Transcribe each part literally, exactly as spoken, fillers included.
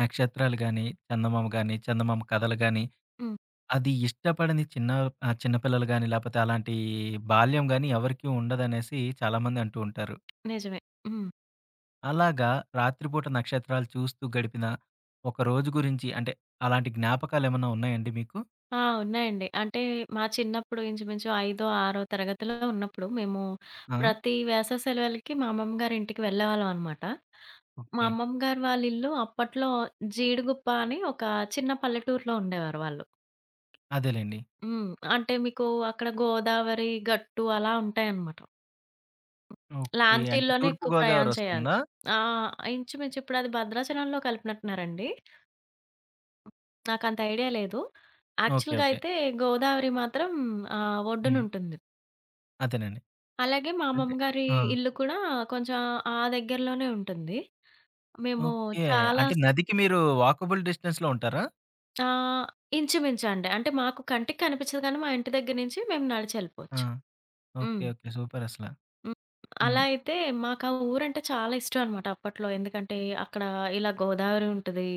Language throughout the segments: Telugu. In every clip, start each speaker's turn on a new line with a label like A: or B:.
A: నక్షత్రాలు గాని, చందమామ గాని, చందమామ కథలు గాని,
B: హ్మ్.
A: అది ఇష్టపడని చిన్న ఆహ్, చిన్న పిల్లలు గాని, లేపోతే అలాంటి బాల్యం గాని ఎవరికీ ఉండదనేసి చాలామంది అంటూ ఉంటారు.
B: నిజమే. హ్మ్.
A: అలాగా రాత్రిపూట నక్షత్రాలు చూస్తూ గడిపిన ఒక రోజు గురించి అంటే అలాంటి జ్ఞాపకాలేమన్నా ఉన్నాయండి మీకు?
B: ఆ! ఉన్నాయండి. అంటే మా చిన్నప్పుడు ఇంచుమించు ఐదో, ఆరో తరగతిలో ఉన్నప్పుడు మేము
A: ఆ!
B: ప్రతి వేసవి సెలవులకి మా అమ్మమ్మ గారి ఇంటికి వెళ్ళేవాళ్ళం అనమాట. మా
A: ఓకే.
B: అమ్మమ్మ గారు వాళ్ళ ఇల్లు అప్పట్లో జీడిగుప్ప అని ఒక చిన్న పల్లెటూరులో ఉండేవారు వాళ్ళు.
A: అదేలెండి.
B: హ్మ్. అంటే మీకు అక్కడ గోదావరి గట్టు అలా ఉంటాయన్నమాట.
A: ఓకే. అంటే
B: లాంచీల్లోనే
A: తూర్పు
B: ఎక్కువ
A: గోదావరి
B: ప్రయాణం చేయాలి.
A: వస్తుందా?
B: ఆ! ఇంచుమించు ఇప్పుడు అది భద్రాచలంలో కలిపినట్టున్నారండి. నాకంత ఐడియా లేదు.
A: ఓకే.
B: యాక్చువల్‌గా
A: ఓకే.
B: అయితే గోదావరి మాత్రం ఆహ్,
A: హ్మ్.
B: ఒడ్డునుంటుంది.
A: అదేనండి.
B: అలాగే మా
A: అంటే
B: అమ్మమ్మగారి
A: ఆ!
B: ఇల్లు కూడా కొంచెం ఆ దగ్గరలోనే ఉంటుంది. మేము
A: ఓకే.
B: చాలా
A: అంటే
B: స్
A: నదికి మీరు వాకబుల్ డిస్టెన్స్‌లో ఉంటారా?
B: ఆహ్, ఇంచుమించండి. అంటే మాకు కంటికి కనిపించదు కానీ మా ఇంటి దగ్గర నుంచి మేము
A: ఆ!
B: నడిచెళ్ళిపోవచ్చు.
A: ఓకే.
B: హ్మ్.
A: ఓకే. సూపర్ అసల.
B: హ్మ్. అలా
A: హ్మ్.
B: అయితే మాకా ఊరంటే చాలా ఇష్టం అనమాట అప్పట్లో. ఎందుకంటే అక్కడ ఇలా గోదావరి ఉంటది.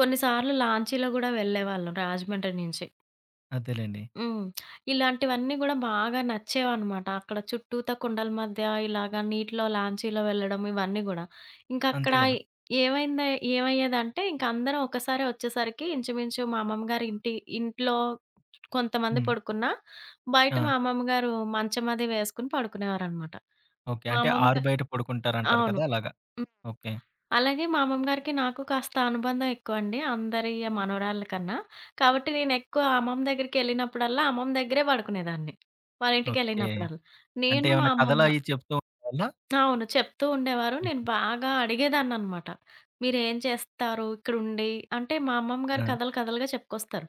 B: కొన్నిసార్లు లాంచీలో గూడా వెళ్ళేవాళ్ళం రాజమండ్రి నుంచి.
A: అదేలెండి.
B: హ్మ్. ఇలాంటివన్నీ గూడా బాగా నచ్చేవన్నమాట. అక్కడ చుట్టూతా కొండల మధ్య ఇలాగ నీటిలో లాంచీలో వెళ్ళడం ఇవన్నీ గూడా.
A: అంతే
B: ఇంకక్కడ
A: గదా!
B: ఏమైందే ఏమయ్యేదంటే ఇంక అందరం ఒకసారే ఒచ్చేసరికి ఇంచుమించు మా అమ్మమ్మ గారి ఇంటి ఇంట్లో కొంతమంది
A: హ్మ్.
B: పడుకున్నా, బయట
A: ఆ!
B: మా అమ్మమ్మ గారు మంచం అది వేసుకొని పడుకునేవారనమాట.
A: ఓకే.
B: మా
A: అంటే
B: అమ్మమ్మ
A: ఆరు
B: గా
A: బయట పడుకుంటారంటారు
B: అవును.
A: కదా! అలాగా. ఓకే.
B: అలాగే మా అమ్మమ్మగారికి నాకు కాస్త అనుబంధం ఎక్కువండి, అందరి మనవరాళ్ళ కన్నా. కాబట్టి నేనెక్కువ అమ్మమ్మ దగ్గరికెళ్ళినప్పుడల్లా, అమ్మమ్మ దగ్గరే పడుకునేదాన్ని, వాళ్ళ
A: ఓకే.
B: ఇంటికెళ్ళినప్పుడల్లా.
A: అంటే
B: నేను మా
A: ఏమన్నా
B: అమ్మమ్మ
A: కథలయి చెప్తూ ఉండేవాళ్ళా?
B: అవును, చెప్తూ ఉండేవారు. నేను బాగా అడిగేదాన్ననమాట, మీరేం చేస్తారు ఇక్కడుండి? అంటే మా అమ్మమ్మ గారు
A: ఆ!
B: కథలు కథలుగా చెప్పుకొస్తారు.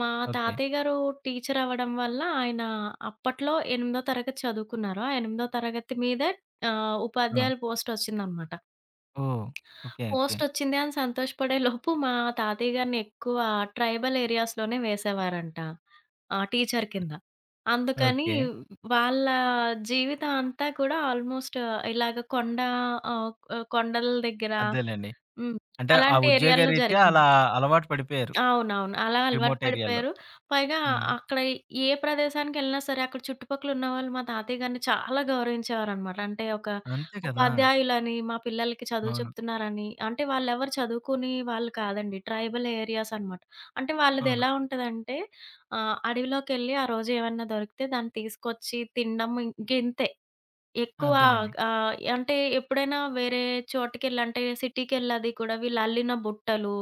B: మా
A: ఓకే.
B: తాతయ్య గారు టీచర్ అవ్వడం వల్ల ఆయన అప్పట్లో ఎనిమిదో తరగతి చదువుకున్నారు. ఆ ఎనిమిదో తరగతి మీదే ఆహ్,
A: ఆ!
B: ఉపాధ్యాయుల పోస్టొచ్చిందనమాట.
A: ఓహ్! ఓకే. ఓకే.
B: పోస్టొచ్చింది అని సంతోషపడే లోపు మా తాతయ్య గారిని ఎక్కువ ట్రైబల్ ఏరియాస్‌లోనే వేసేవారంట. ఆ! టీచర్ కింద. అందుకని
A: ఓకే.
B: వాళ్ళ జీవితం అంతా కూడా ఆల్‌మోస్ట్ ఇలాగ కొండ ఆహ్, ఆహ్, కొండల దగ్గర,
A: అదేలెండి.
B: హ్మ్.
A: అంటే ఆ
B: అలాంటి ఏరియాల్లో
A: ఉద్యోగరీత్యా
B: జరిగింది.
A: అలా అలవాటు పడిపోయారు.
B: అవునవును, అలా అలవాటు
A: రిమోట్ ఏరియాలో.
B: పడిపోయారు. పైగా
A: హ్మ్.
B: అక్కడ ఏ ప్రదేశానికెళ్ళినా సరే అక్కడ చుట్టుపక్కల ఉన్నవాళ్ళు మా తాతయ్య గారిని చాలా గౌరవించేవారనమాట. అంటే ఒక
A: అంతే కదా!
B: ఉపాధ్యాయులని, మా పిల్లలకి చదువు
A: అవును.
B: చెప్తున్నారని. అంటే వాళ్ళెవరు చదువుకుని వాళ్ళు కాదండి. ట్రైబల్ ఏరియాస్ అనమాట. అంటే వాళ్ళది
A: అవును.
B: ఎలా ఉంటదంటే, ఆహ్, అడవిలోకెళ్ళి ఆ రోజు ఏమన్నా దొరికితే దాన్ని తీసుకొచ్చి తినడం ఇంకింతే. ఎక్కువ
A: అదేలెండి.
B: ఆహ్, అంటే ఎప్పుడైనా వేరే చోటకెళ్ళి, అంటే సిటీకెళ్ళి అది కూడా, వీళ్ళు అల్లిన బుట్టలు,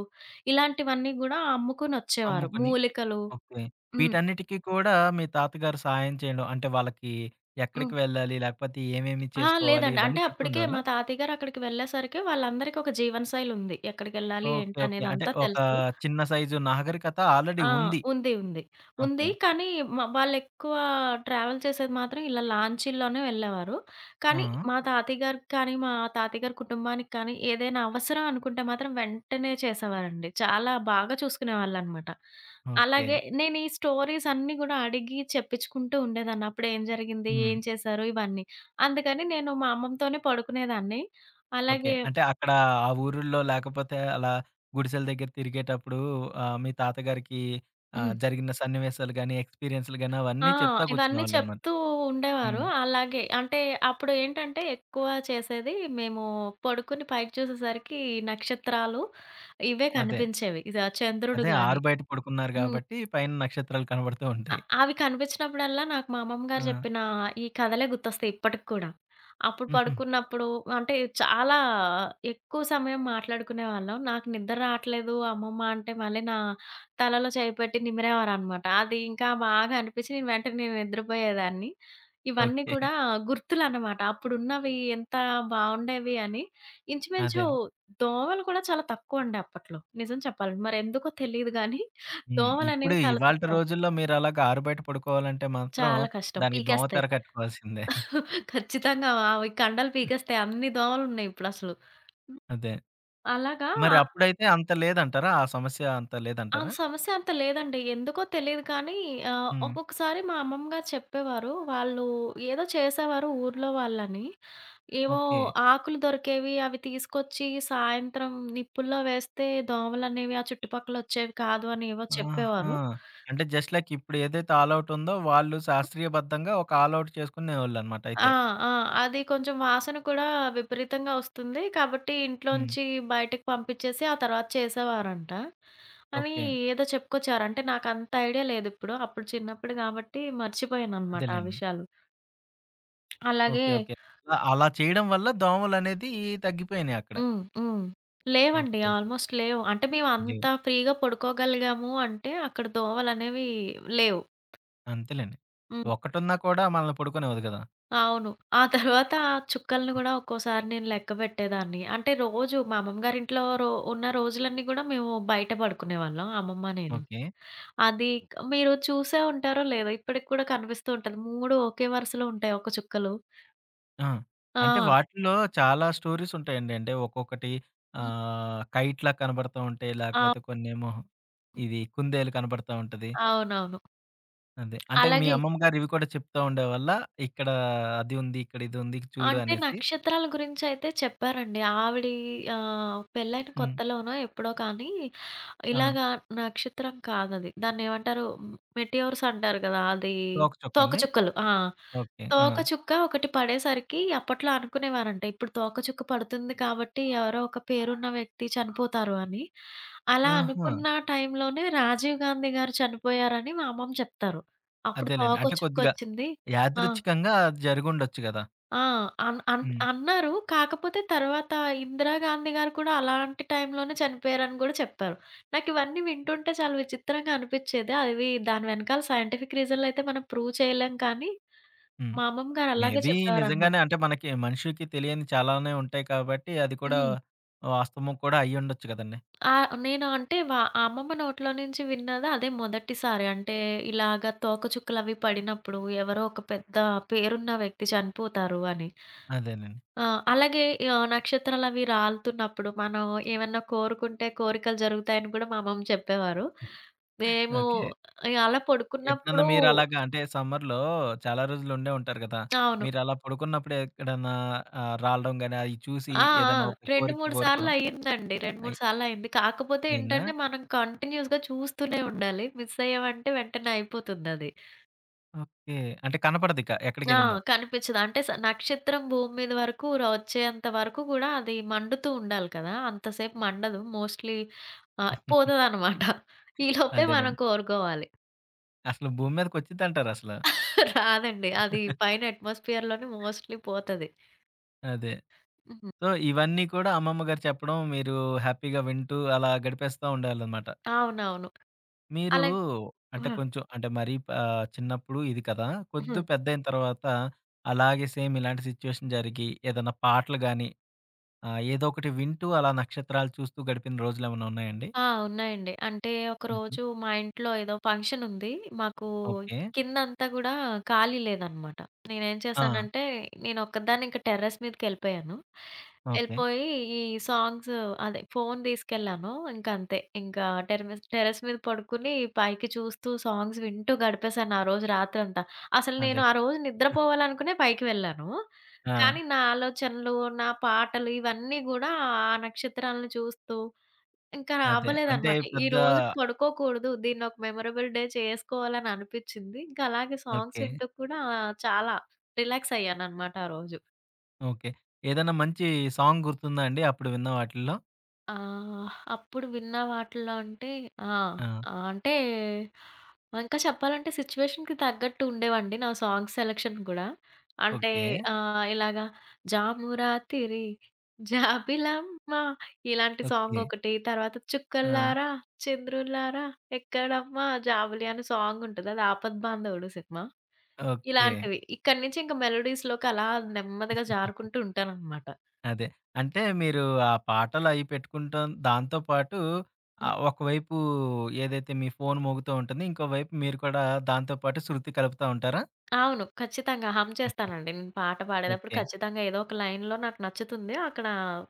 B: ఇలాంటివన్నీ గూడా అమ్ముకొనొచ్చేవారు,
A: అమ్ముకుని.
B: మూలికలు.
A: ఓకే.
B: హ్మ్.
A: వీటన్నిటికి కూడా మీ తాతగారు సహాయం చేయడం అంటే వాళ్ళకి ఎక్కడికి
B: హ్మ్.
A: వెళ్ళాలి? లేకపోతే ఏమేమి
B: ఆ!
A: చేసుకోవాలి?
B: లేదండి.
A: ఇవన్నీ
B: అంటే
A: చెప్తూ
B: అప్పటికే
A: ఉండేవాళ్ళా?
B: మా తాతయ్య గారు అక్కడికి వెళ్ళేసరికి వాళ్ళందరికీ ఒక జీవనశైలి ఉంది. ఎక్కడికెళ్ళాలి
A: ఓకే.
B: ఏంటి
A: ఓకే. అంటే
B: అనేదంతా
A: ఒక
B: తెలుసు.
A: చిన్న సైజు నాగరికత ఆల్రెడీ
B: ఆ!
A: ఉంది.
B: ఉంది. ఉంది. ఉంది.
A: ఓకే.
B: కానీ మ వాళ్ళెక్కువ ట్రావెల్ చేసేది మాత్రం ఇలా లాంచీల్లోనే వెళ్ళేవారు. కానీ
A: ఆ!
B: మా తాతయ్య గారికి కానీ, మా తాతయ్య గారి కుటుంబానికి కానీ ఏదైనా అవసరం అనుకుంటే మాత్రం వెంటనే చేసేవారండి. చాలా బాగా చూసుకునేవాళ్ళనమాట.
A: ఓకే.
B: అలాగే నేను ఈ స్టోరీస్ అన్నీ గూడా అడిగి చెప్పించుకుంటూ ఉండేదాన్ని. అప్పుడేం జరిగింది?
A: హ్మ్.
B: ఏం చేశారు? ఇవన్నీ. అందుకని నేను మా అమ్మమ్మతోనే పడుకునేదాన్ని.
A: ఓకే.
B: అలాగే
A: అంటే అక్కడ ఆ ఊరుల్లో లేకపోతే అలా గుడిసెల దగ్గర తిరిగేటప్పుడు ఆహ్, మీ తాతగారికి ఆహ్,
B: హ్మ్.
A: జరిగిన సన్నివేశాలు గాని, ఎక్స్‌పీరియన్స్‌లు గాని
B: ఆ!
A: అవన్నీ చెప్తా
B: ఇవన్నీ
A: కూర్చునేవాళ్ళనమాట.
B: చెప్తూ ఉండేవారు.
A: హ్మ్.
B: అలాగే అంటే అప్పుడు ఏంటంటే ఎక్కువ చేసేది, మేము పడుకుని పైకి చూసేసరికి నక్షత్రాలు ఇవే
A: అదే.
B: కనిపించేవి, ఇది ఆ చంద్రుడు
A: అదే ఆరు
B: గాని.
A: బయట పడుకున్నారు
B: హ్మ్.
A: గాబట్టి పైన నక్షత్రాలు కనబడుతూ
B: అ
A: ఉంటాయి.
B: అవి కనిపించినప్పుడల్లా నాకు మా అమ్మమ్మ
A: ఆ!
B: గారు చెప్పిన ఈ కథలే గుర్తొస్తాయి ఇప్పటికి కూడా. అప్పుడు
A: హుహు.
B: పడుకున్నప్పుడు అంటే చాలా ఎక్కువ సమయం మాట్లాడుకునేవాళ్ళం. నాకు నిద్ర రావట్లేదు అమ్మమ్మ అంటే మళ్ళీ నా తలలో చేయి పెట్టి నిమిరేవారనమాట. అది ఇంకా బాగా అనిపించి నేను వెంటనే నేను నిద్రపోయేదాన్ని. ఇవన్నీ
A: ఓకే.
B: కూడా గుర్తులనమాట, అప్పుడున్నవి ఎంత బావుండేవి అని. ఇంచుమించు
A: అదేండి.
B: దోమలు కూడా చాలా తక్కువండి అప్పట్లో నిజం చెప్పాలంటే. మరెందుకో తెలీదు గానీ
A: హ్మ్. ఇప్పుడు
B: దోమలనేవి చాలా
A: ఇవాల్టి
B: తక్కువ.
A: రోజుల్లో మీరలాగా ఆరు బయట పడుకోవాలంటే మాత్రం
B: చాలా కష్టం,
A: దానికి
B: పీకేస్తాయి.
A: దోమతెర కట్టుకోవాల్సిందే.
B: ఖచ్చితంగా అవి కండలు పీకేస్తాయి. అన్ని దోమలున్నాయిప్పుడసలు. హ్మ్.
A: అదే.
B: అలాగా
A: మరి
B: ఆహ్,
A: అప్పుడైతే అంత లేదంటారా? ఆ సమస్య అంత
B: ఆ
A: లేదంటారా?
B: సమస్య అంత లేదండి. ఎందుకో తెలీదు కానీ ఆహ్,
A: హ్మ్.
B: ఒక్కొక్కసారి మా అమ్మమ్మ గారు చెప్పేవారు, వాళ్ళు ఏదో చేసేవారు ఊర్లో వాళ్ళని. ఏవో
A: ఓకే.
B: ఆకులు దొరికేవి, అవి తీసుకొచ్చి సాయంత్రం నిప్పుల్లో వేస్తే దోమలనేవి ఆ చుట్టుపక్కలొచ్చేవి కాదు అని ఏవో
A: ఆహా!
B: చెప్పేవారు.
A: అంటే జస్ట్ లైక్ ఇప్పుడు ఏదైతే ఆల్ ఔట్ ఉందో వాళ్ళు శాస్త్రీయబద్ధంగా ఒక ఆల్ ఔట్ చేసుకునేవాళ్ళనమాట
B: ఆ!
A: అయితే.
B: ఆ! అది కొంచెం వాసన కూడా విపరీతంగా వస్తుంది, కాబట్టి
A: హ్మ్.
B: ఇంట్లోంచి బయటకి పంపించేసి ఆ తర్వాత చేసేవారంట అని
A: ఓకే.
B: ఏదో చెప్పుకొచ్చారు. అంటే నాకంత ఐడియా లేదిప్పుడు. అప్పుడు చిన్నప్పుడు కాబట్టి మర్చిపోయాననమాట ఆ
A: అదేలెండి.
B: విషయాలు. అలాగే
A: ఓకే. ఓకే. అలా అలా చేయడం వల్ల దోమలనేది తగ్గిపోయినాయి అక్కడ.
B: హ్మ్. హ్మ్. లేవండి.
A: ఓకే.
B: ఆల్‌మోస్ట్ లేవు. అంటే
A: లేవు.
B: మేమంత ఫ్రీగా పడుకోగలిగాము అంటే అక్కడ దోవలనేవి లేవు.
A: అంతేలెండి.
B: హ్మ్.
A: ఒకటున్నా కూడా మనల్ని పడుకోనివ్వదు కదా!
B: అవును. ఆ తర్వాత ఆ చుక్కల్ని గూడా ఒక్కోసారి నేను లెక్కబెట్టేదాన్ని. అంటే రోజు మా అమ్మమ్మ గారింట్లో రో ఉన్న రోజులన్నీ గూడా మేము బయట పడుకునేవాళ్ళం అమ్మమ్మ, నేను.
A: ఓకే.
B: అది క్ మీరు చూసే ఉంటారో లేదో ఇప్పటికి కూడా కనిపిస్తూ ఉంటది, మూడు ఒకే వరుసలో ఉంటాయి ఒక చుక్కలు.
A: ఆ! అంటే
B: ఆ!
A: వాటిల్లో చాలా స్టోరీస్ ఉంటాయండి. అంటే ఒక్కొక్కటి
B: హ్మ్.
A: ఆహ్, కైట్‌లా కనబడతా ఉంటాయి.
B: ఆ!
A: లేకపోతే కొన్నేమో ఇది కుందేలు కనబడతా ఉంటది.
B: అవునవును.
A: అదే. అంటే మీ
B: అలాగే
A: అమ్మమ్మ గారు ఇవి కూడా చెప్తా ఉండేవాళ్ళా? ఇక్కడ అది ఉంది. ఇక్కడ ఇది ఉంది చూడు
B: అంటే
A: అనేసి.
B: నక్షత్రాల గురించయితే చెప్పారండి. ఆవిడి ఆహ్, పెళ్ళైన
A: హ్మ్.
B: కొత్తలోనో ఎప్పుడో కానీ
A: ఆ!
B: ఇలాగా, నక్షత్రం కాదది. దాన్నేమంటారు? మెటియోర్స్ అంటారు కదా! అది
A: తోకచుక్క అండి?
B: తోకచుక్కలు. ఆ!
A: ఓకే. ఆ!
B: తోకచుక్క ఒకటి పడేసరికి అప్పట్లో అనుకునేవారంట, ఇప్పుడు తోకచుక్క పడుతుంది కాబట్టి ఎవరో ఒక పేరున్న వ్యక్తి చనిపోతారు అని. అలా
A: ఆహా!
B: అనుకున్న టైంలోనే రాజీవ్ గాంధీ గారు చనిపోయారని మా అమ్మమ్మ చెప్తారు. అప్పుడు
A: అదేలెండి. అంటే కొద్దిగా
B: తోకచుక్కొచ్చింది. ఆ!
A: యాదృచ్చికంగా జరిగుండొచ్చు గదా!
B: ఆ! అన్ అన్
A: హ్మ్.
B: అన్నారు. కాకపోతే తర్వాత ఇందిరాగాంధీ గారు కూడా అలాంటి టైంలోనే చనిపోయారని గూడా చెప్పారు. నాకివన్నీ వింటుంటే చాలా విచిత్రంగా అనిపిచ్చేది. అవి దాని వెనకాల సైంటిఫిక్ రీజన్‌లయితే మనం ప్రూవ్ చేయలేం కానీ,
A: హ్మ్.
B: మా అమ్మమ్మ గారు అలాగే
A: మేబీ
B: చెప్పేవారనమాట.
A: నిజంగానే అంటే మనకి మనిషికి తెలియని చాలానే ఉంటాయి కాబట్టి అది కూడా
B: హ్మ్.
A: వాస్తవం కూడా అయ్యుండొచ్చు కదండీ!
B: ఆహ్, నేను అంటే వా ఆ అమ్మమ్మ నోట్లో నుంచి విన్నది అదే మొదటిసారి. అంటే ఇలాగ తోకచుక్కలవి పడినప్పుడు ఎవరో ఒక పెద్ద పేరున్న వ్యక్తి చనిపోతారు అని.
A: అదేనండి.
B: ఆ! అలాగే ఆహ్, నక్షత్రాలవి రాలుతున్నప్పుడు మనం ఏమన్నా కోరుకుంటే కోరికలు జరుగుతాయని కూడా మా అమ్మమ్మ చెప్పేవారు. మేము
A: ఓకే.
B: ఇగ అలా
A: ఎప్పుడన్నా
B: పడుకున్నప్పుడు
A: మీరలాగా అంటే సమ్మర్‌లో చాలా రోజులు ఉండే ఉంటారు కదా!
B: అవును.
A: మీరలా పడుకున్నప్పుడు ఎక్కడన్నా ఆహ్, రాలడం గాని అయి చూసి
B: ఆ! ఆ!
A: ఏదైనా ఒక
B: రెండు,
A: కోరిక
B: మూడు సార్లు
A: కోరుకోవడం
B: అయిందండి. రెండు,
A: అయి
B: మూడు సార్లు అయింది. కాకపోతే
A: అయిందా?
B: ఏంటంటే మనం కంటిన్యూయస్‌గా చూస్తూనే ఉండాలి. మిస్ అయ్యామంటే వెంటనే అయిపోతుందది.
A: ఓకే. అంటే కనపడదిక
B: ఆ!
A: ఎక్కడికెళ్ళిందో.
B: కనిపించదు. అంటే స నక్షత్రం భూమి మీద వరకు ర వచ్చేంత వరకు గూడా అది మండుతూ ఉండాలి కదా! అంతసేపు మండదు, మోస్ట్‌లీ ఆహ్, పోతదనమాట. ఈ లోపే మనం
A: అదేనండి.
B: కోరుకోవాలి.
A: అసలు భూమి మీదకొచ్చిద్దంటారసలు.
B: రాదండి. అది పైన అట్మాస్ఫియర్‌లోనే మోస్ట్‌లీ పోతది.
A: అదే.
B: హ్మ్.
A: సో, ఇవన్నీ కూడా అమ్మమ్మ గారు చెప్పడం మీరు హ్యాపీగా వింటూ అలా గడిపేస్తా ఉండేవాళ్ళనమాట.
B: అవునవును.
A: మీరు
B: అలాగే
A: అంటే
B: ఆ!
A: కొంచెం అంటే మరీ ఆహ్, చిన్నప్పుడు ఇది కదా!
B: హ్మ్.
A: కొద్దిగా పెద్దయిన తర్వాత అలాగే సేమ్ ఇలాంటి సిట్యుయేషన్ జరిగి ఏదైనా పాటలు గాని ఆహ్, ఏదో ఒకటి వింటూ అలా నక్షత్రాలు చూస్తూ గడిపిన రోజులేమన్నా ఉన్నాయండి?
B: ఆ! ఉన్నాయండి. అంటే
A: హుహు.
B: ఒకరోజు మా ఇంట్లో ఏదో ఫంక్షన్ ఉంది. మాకు
A: ఓకే.
B: కిందంతా గూడా ఖాళీ లేదనమాట. నేనేం
A: ఆ!
B: చేశానంటే నేనొక్కదాన్ని ఇంక టెర్రస్ మీదకెళ్ళిపోయాను.
A: ఓకే.
B: ఎళ్ళిపోయి ఈ సాంగ్స్ అదే ఫోన్ తీసుకెళ్ళాను. ఇంకంతే. ఇంకా టెర్రస్ టెర్రస్ మీద పడుకొని పైకి చూస్తూ సాంగ్స్ వింటూ గడిపేశాను ఆ రోజు రాత్రంతా. అసలు
A: అదే.
B: నేను ఆ రోజు నిద్రపోవాలనుకునే పైకి వెళ్ళాను.
A: ఆ!
B: కానీ నా ఆలోచనలు, నా పాటలు ఇవన్నీ గూడా ఆ నక్షత్రాలను చూస్తూ ఇంకా
A: అదే. అంటే
B: అవ్వలేదనమాట. ఈ
A: పెద్ద
B: రోజు పడుకోకూడదు, దీన్నొక మెమరబుల్ డే చేసుకోవాలని అనిపిచ్చింది. ఇంకా అలాగే సాంగ్స్
A: ఓకే.
B: వింటూ కూడా చాలా రిలాక్స్ అయ్యాననమాట ఆ రోజు.
A: ఓకే. ఏదైనా మంచి సాంగ్ గుర్తుందా అండి అప్పుడు విన్న వాటిల్లో?
B: ఆహ్, అప్పుడు విన్న వాటిల్లో అంటే ఆ!
A: ఆ!
B: ఆహ్, అంటే ఇంకా చెప్పాలంటే సిట్యుయేషన్‌కి తగ్గట్టు ఉండేవండి నా సాంగ్ సెలక్షన్ గూడా. అంటే
A: ఓకే.
B: ఆహ్, ఇలాగా, జామురాతిరి జాబిలమ్మ ఇలాంటి సాంగ్
A: ఓకే.
B: ఒకటి. తర్వాత
A: ఆ!
B: చుక్కల్లారా చంద్రుల్లారా ఎక్కడమ్మా జాబులి అనే సాంగ్ ఉంటది. అది 'ఆపద్బాంధవుడు' సినిమా.
A: ఓకే.
B: ఇలాంటివి. ఇక్కడి నుంచి ఇంకా మెలోడీస్‌లోకి అలా నెమ్మదిగా జారుకుంటూ ఉంటాననమాట.
A: అదే. అంటే మీరు ఆ పాటలయి పెట్టుకుంటాం. దాంతో పాటు ఆహ్, ఒకవైపు ఏదైతే మీ ఫోను మోగుతూ ఉంటుంది. ఇంకోవైపు మీరు కూడా దాంతో పాటు శృతి కలుపుతా ఉంటారా?
B: అవును, ఖచ్చితంగా హమ్ చేస్తానండి. నేను పాట పాడేటప్పుడు
A: ఓకే.
B: ఖచ్చితంగా ఏదో ఒక లైన్‌లో నాకు నచ్చుతుంది, అక్కడ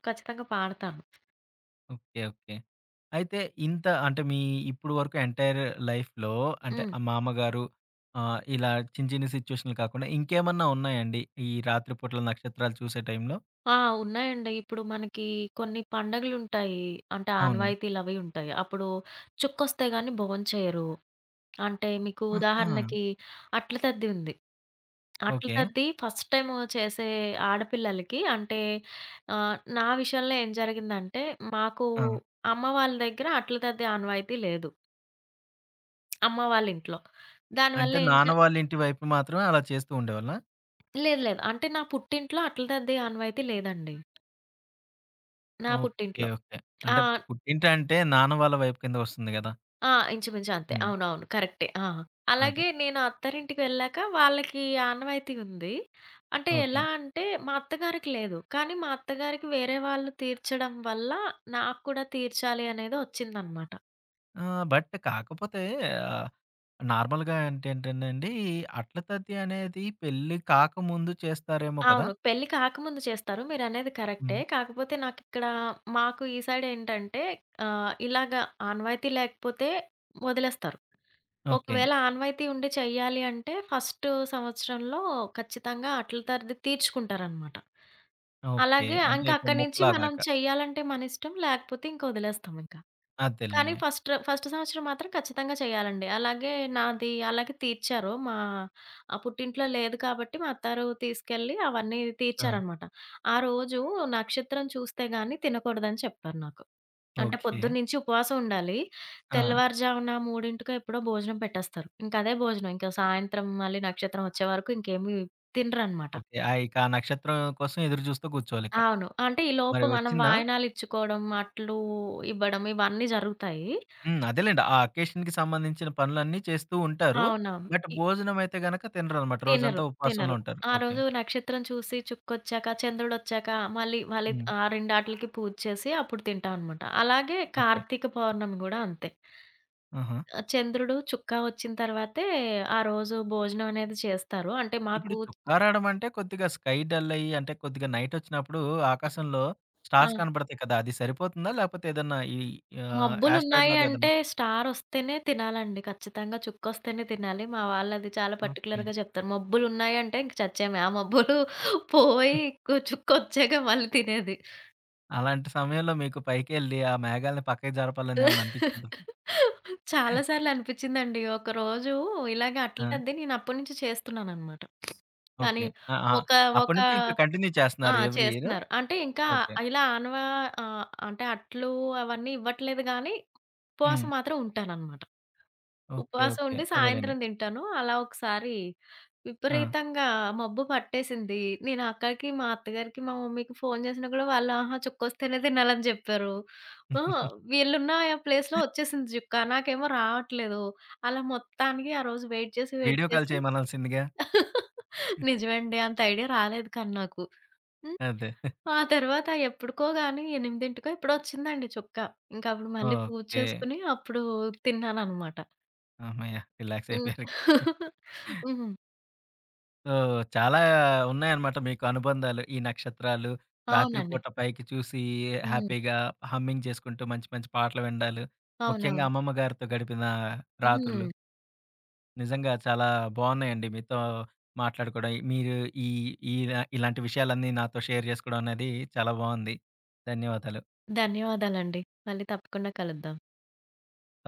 B: ఖచ్చితంగా పాడతాను.
A: ఓకే. ఓకే. అయితే ఇంత అంటే మీ ఇప్పుడు వరకు ఎంటైర్ లైఫ్‌లో అంటే
B: హ్మ్.
A: ఆ మామగారు ఆహ్, ఇలా చిన్న చిన్న సిట్యుయేషన్‌లు కాకుండా ఇంకేమన్నా ఉన్నాయండి? ఈ రాత్రి పూటల నక్షత్రాలు చూసే టైంలో?
B: ఆ! ఉన్నాయండి. ఇప్పుడు మనకి కొన్ని పండగలుంటాయి, అంటే
A: అవును.
B: ఆనవాయితీలవి ఉంటాయి. అప్పుడు చుక్కొస్తే గాని భోంచేయరు. అంటే మీకు
A: ఆహా!
B: ఉదాహరణకి అట్ల తద్ది ఉంది. అట్ల
A: ఓకే.
B: తద్ది ఫస్ట్ టైమ్ చేసే ఆడపిల్లలకి అంటే ఆహ్, నా విషయంలో ఏం జరిగిందంటే, మాకు
A: ఆ!
B: అమ్మ వాళ్ళ దగ్గర అట్ల తద్ది ఆనవాయితీ లేదు, అమ్మ వాళ్ళింట్లో. దానివల్ల
A: అంటే
B: ఏం
A: నాన్న
B: చే
A: వాళ్ళ ఇంటి వైపు మాత్రమే అలా చేస్తూ ఉండేవాళ్ళా?
B: లేదు లేదు. అంటే నా పుట్టింట్లో అట్లది ఆనవాయితీ లేదండి, నా
A: ఓకే.
B: పుట్టింట్లో.
A: ఓకే.
B: ఆ!
A: అంటే పుట్టింటంటే నాన్న వాళ్ళ వైపు కింద వస్తుంది గదా!
B: ఆ! ఇంచుమించు అంతే.
A: హ్మ్.
B: అవునవును, కరెక్టే. ఆ!
A: అదే.
B: అలాగే నేను అత్తారింటికి వెళ్ళాక వాళ్ళకి ఆనవాయితీ ఉంది. అంటే
A: ఓకే.
B: ఎలా అంటే మా అత్తగారికి లేదు, కానీ మా అత్తగారికి వేరే వాళ్ళు తీర్చడం వల్ల నాకు కూడా తీర్చాలి అనేది ఒచ్చిందనమాట.
A: ఆహ్, బట్ కాకపోతే ఆహ్, నార్మల్‌గా అంటే ఏంటండి అట్ల తద్ది అనేది పెళ్లి కాకముందు చేస్తారేమో కదా!
B: అవును, పెళ్లి కాకముందు చేస్తారు, మీరనేది కరెక్టే.
A: హ్మ్.
B: కాకపోతే నాకిక్కడ, మాకు ఈ సైడ్ ఏంటంటే ఆహ్, ఇలాగ ఆనవాయితీ లేకపోతే వదిలేస్తారు.
A: ఓకే.
B: ఒకవేళ ఆనవాయితీ ఉండి చెయ్యాలి అంటే ఫస్ట్ సంవత్సరంలో ఖచ్చితంగా అట్ల తరది తీర్చుకుంటారనమాట.
A: ఓకే.
B: అలాగే
A: అంటే
B: ఇంక
A: ఇక
B: అక్కడి నుంచి మనం
A: ముక్కలాగాక.
B: చెయ్యాలంటే మన ఇష్టం, లేకపోతే ఇంక వదిలేస్తాం ఇంక. కానీ
A: అదేలెండి.
B: ఫస్ట్ ఫస్ట్ సంవత్సరం మాత్రం ఖచ్చితంగా చేయాలండి. అలాగే నాది అలాగే తీర్చారు. మా ఆ పుట్టింట్లో లేదు కాబట్టి మా అత్తారు తీసుకెళ్ళి అవన్నీ
A: ఆ!
B: తీర్చారనమాట. ఆ రోజు నక్షత్రం చూస్తే గాని తినకూడదని చెప్పారు నాకు. అంటే
A: ఓకే.
B: పొద్దున్నుంచి ఉపవాసం ఉండాలి.
A: ఆ!
B: తెల్లవారుజామున మూడుకో ఎప్పుడో భోజనం పెట్టేస్తారు. ఇంకా అదే భోజనం. ఇంకా సాయంత్రం మళ్ళీ నక్షత్రం వచ్చే వరకు ఇంకేమి తినరనమాట.
A: ఓకే. ఆ! ఇక ఆ నక్షత్రం కోసం ఎదురు చూస్తూ కూర్చోవాలిక.
B: అవును, అంటే ఈలోపు
A: మరి
B: మనం
A: వచ్చిందా?
B: వాయనాలిచ్చుకోవడం, అట్లు ఇవ్వడం ఇవన్నీ జరుగుతాయి.
A: హ్మ్. అదేలెండి. ఆ అకేషన్‌కి సంబంధించిన పనులన్నీ చేస్తూ ఉంటారు.
B: అవునవును,
A: బట్ భోజనం అయితే గనక తినరనమాట. రోజంతా
B: తినరు,
A: ఉపవాసంలో
B: తినరు.
A: ఉంటారు.
B: ఆ
A: ఓకే.
B: రోజు నక్షత్రం చూసి చుక్కొచ్చాక, చంద్రుడొచ్చాక మళ్ళీ మళ్ళీ
A: హ్మ్.
B: ఆ రెండాటిలకి పూజ చేసి అప్పుడు తింటాం అనమాట. అలాగే
A: ఓకే.
B: కార్తీక పౌర్ణమి గూడా అంతే.
A: ఆహా!
B: ఆహ్, చంద్రుడు చుక్క వచ్చిన తర్వాతే ఆ రోజు భోజనం అనేది చేస్తారు. అంటే
A: ఇప్పుడు
B: మాకు
A: చుక్కా రావడం అంటే కొద్దిగా స్కై డల్ అయ్యి అంటే కొద్దిగా నైట్ వచ్చినప్పుడు ఆకాశంలో
B: ఆ!
A: స్టార్స్ కనపడతాయి కదా! అది సరిపోతుందా? లేకపోతే ఏదన్నా ఈ ఆహ్, యాస్ట్రాయిడ్
B: మబ్బులున్నాయి
A: లాగా ఏదన్నా
B: అంటే స్టారొస్తేనే తినాలండి. ఖచ్చితంగా చుక్కొస్తేనే తినాలి. మా వాళ్ళది చాలా
A: ఓకే.
B: పర్టిక్యులర్‌గా చెప్తారు. మబ్బులున్నాయి అంటే ఇంక చచ్చేమే. ఆ మబ్బులు పోయి కు చుక్కొచ్చాక మళ్ళీ తినేది.
A: అలాంటి సమయంలో మీకు పైకెళ్ళి ఆ మేఘాలను పక్కకి జరపాలని ఏమన్నా అనిపించిందా?
B: చాలా సార్లు అనిపించిందండి. ఒకరోజు ఇలాగే
A: ఆ!
B: అట్లతద్ది నేను అప్పటినుంచి చేస్తున్నాననమాట. కానీ
A: ఓకే. ఆ! ఆ!
B: ఒక ఒక
A: అప్పటినుంచి ఇంకా కంటిన్యూ
B: ఆ!
A: చేస్తున్నారు ఎవ్రీ ఇయర్.
B: చేస్తున్నారు. అంటే ఇంకా
A: ఓకే.
B: ఇలా ఆనవా ఆహ్, అంటే అట్లు అవన్నీ ఇవ్వట్లేదు గానీ,
A: హ్మ్.
B: ఉపవాసం మాత్రం ఉంటాననమాట.
A: ఓకే.
B: ఉపవాసం
A: ఓకే.
B: ఉండి
A: అదేలెండి.
B: సాయంత్రం తింటాను. అలా ఒకసారి
A: ఆ!
B: విపరీతంగా మబ్బు పట్టేసింది. నేను అక్కకి, మా అత్తగారికి, మా మమ్మీకి ఫోను చేసినా కూడా వాళ్ళు "ఆహా! చుక్కొస్తేనే తినాలని" చెప్పారు. ఆ! వీళ్ళున్న ప్లేస్‌లో వచ్చేసింది చుక్క, నాకేమో రావట్లేదు. అలా మొత్తానికి ఆ రోజు వెయిట్ చేసి, వెయిట్
A: వీడియో కాల్
B: చేసి
A: చేయమనాల్సిందిగా.
B: నిజమండి. అంత ఐడియా రాలేదు కానీ నాకు. హ్మ్.
A: అదే.
B: ఆ తర్వాత ఎప్పుడుకో గాని ఎనిమిదికో ఎప్పుడో వచ్చిందండి చుక్క. ఇంక అప్పుడు మళ్ళీ పూజ
A: ఓకే.
B: చేసుకొని అప్పుడు తిన్నాననమాట.
A: హమ్మయ్య! రిలాక్స్
B: హ్మ్.
A: అయిపోయారిక.
B: హ్మ్.
A: సో, చాలా ఉన్నాయన్నమాట మీకు అనుబంధాలు. ఈ నక్షత్రాలు,
B: అవునండి.
A: రాత్రిపూట పైకి చూసి
B: హ్మ్.
A: హ్యాపీగా హమ్మింగ్ చేసుకుంటూ మంచి మంచి పాటలు వినడాలు, ముఖ్యంగా
B: అవునవును.
A: అమ్మమ్మ గారితో గడిపిన రాత్రులు.
B: హ్మ్.
A: నిజంగా చాలా బావున్నాయండి మీతో మాట్లాడుకోవడం. మీరు ఈ ఈ ఇలాంటి విషయాలన్నీ నాతో షేర్ చేసుకోవడం అనేది చాలా బావుంది. ధన్యవాదాలు.
B: ధన్యవాదాలండి. మళ్ళీ తప్పకుండా కలుద్దాం.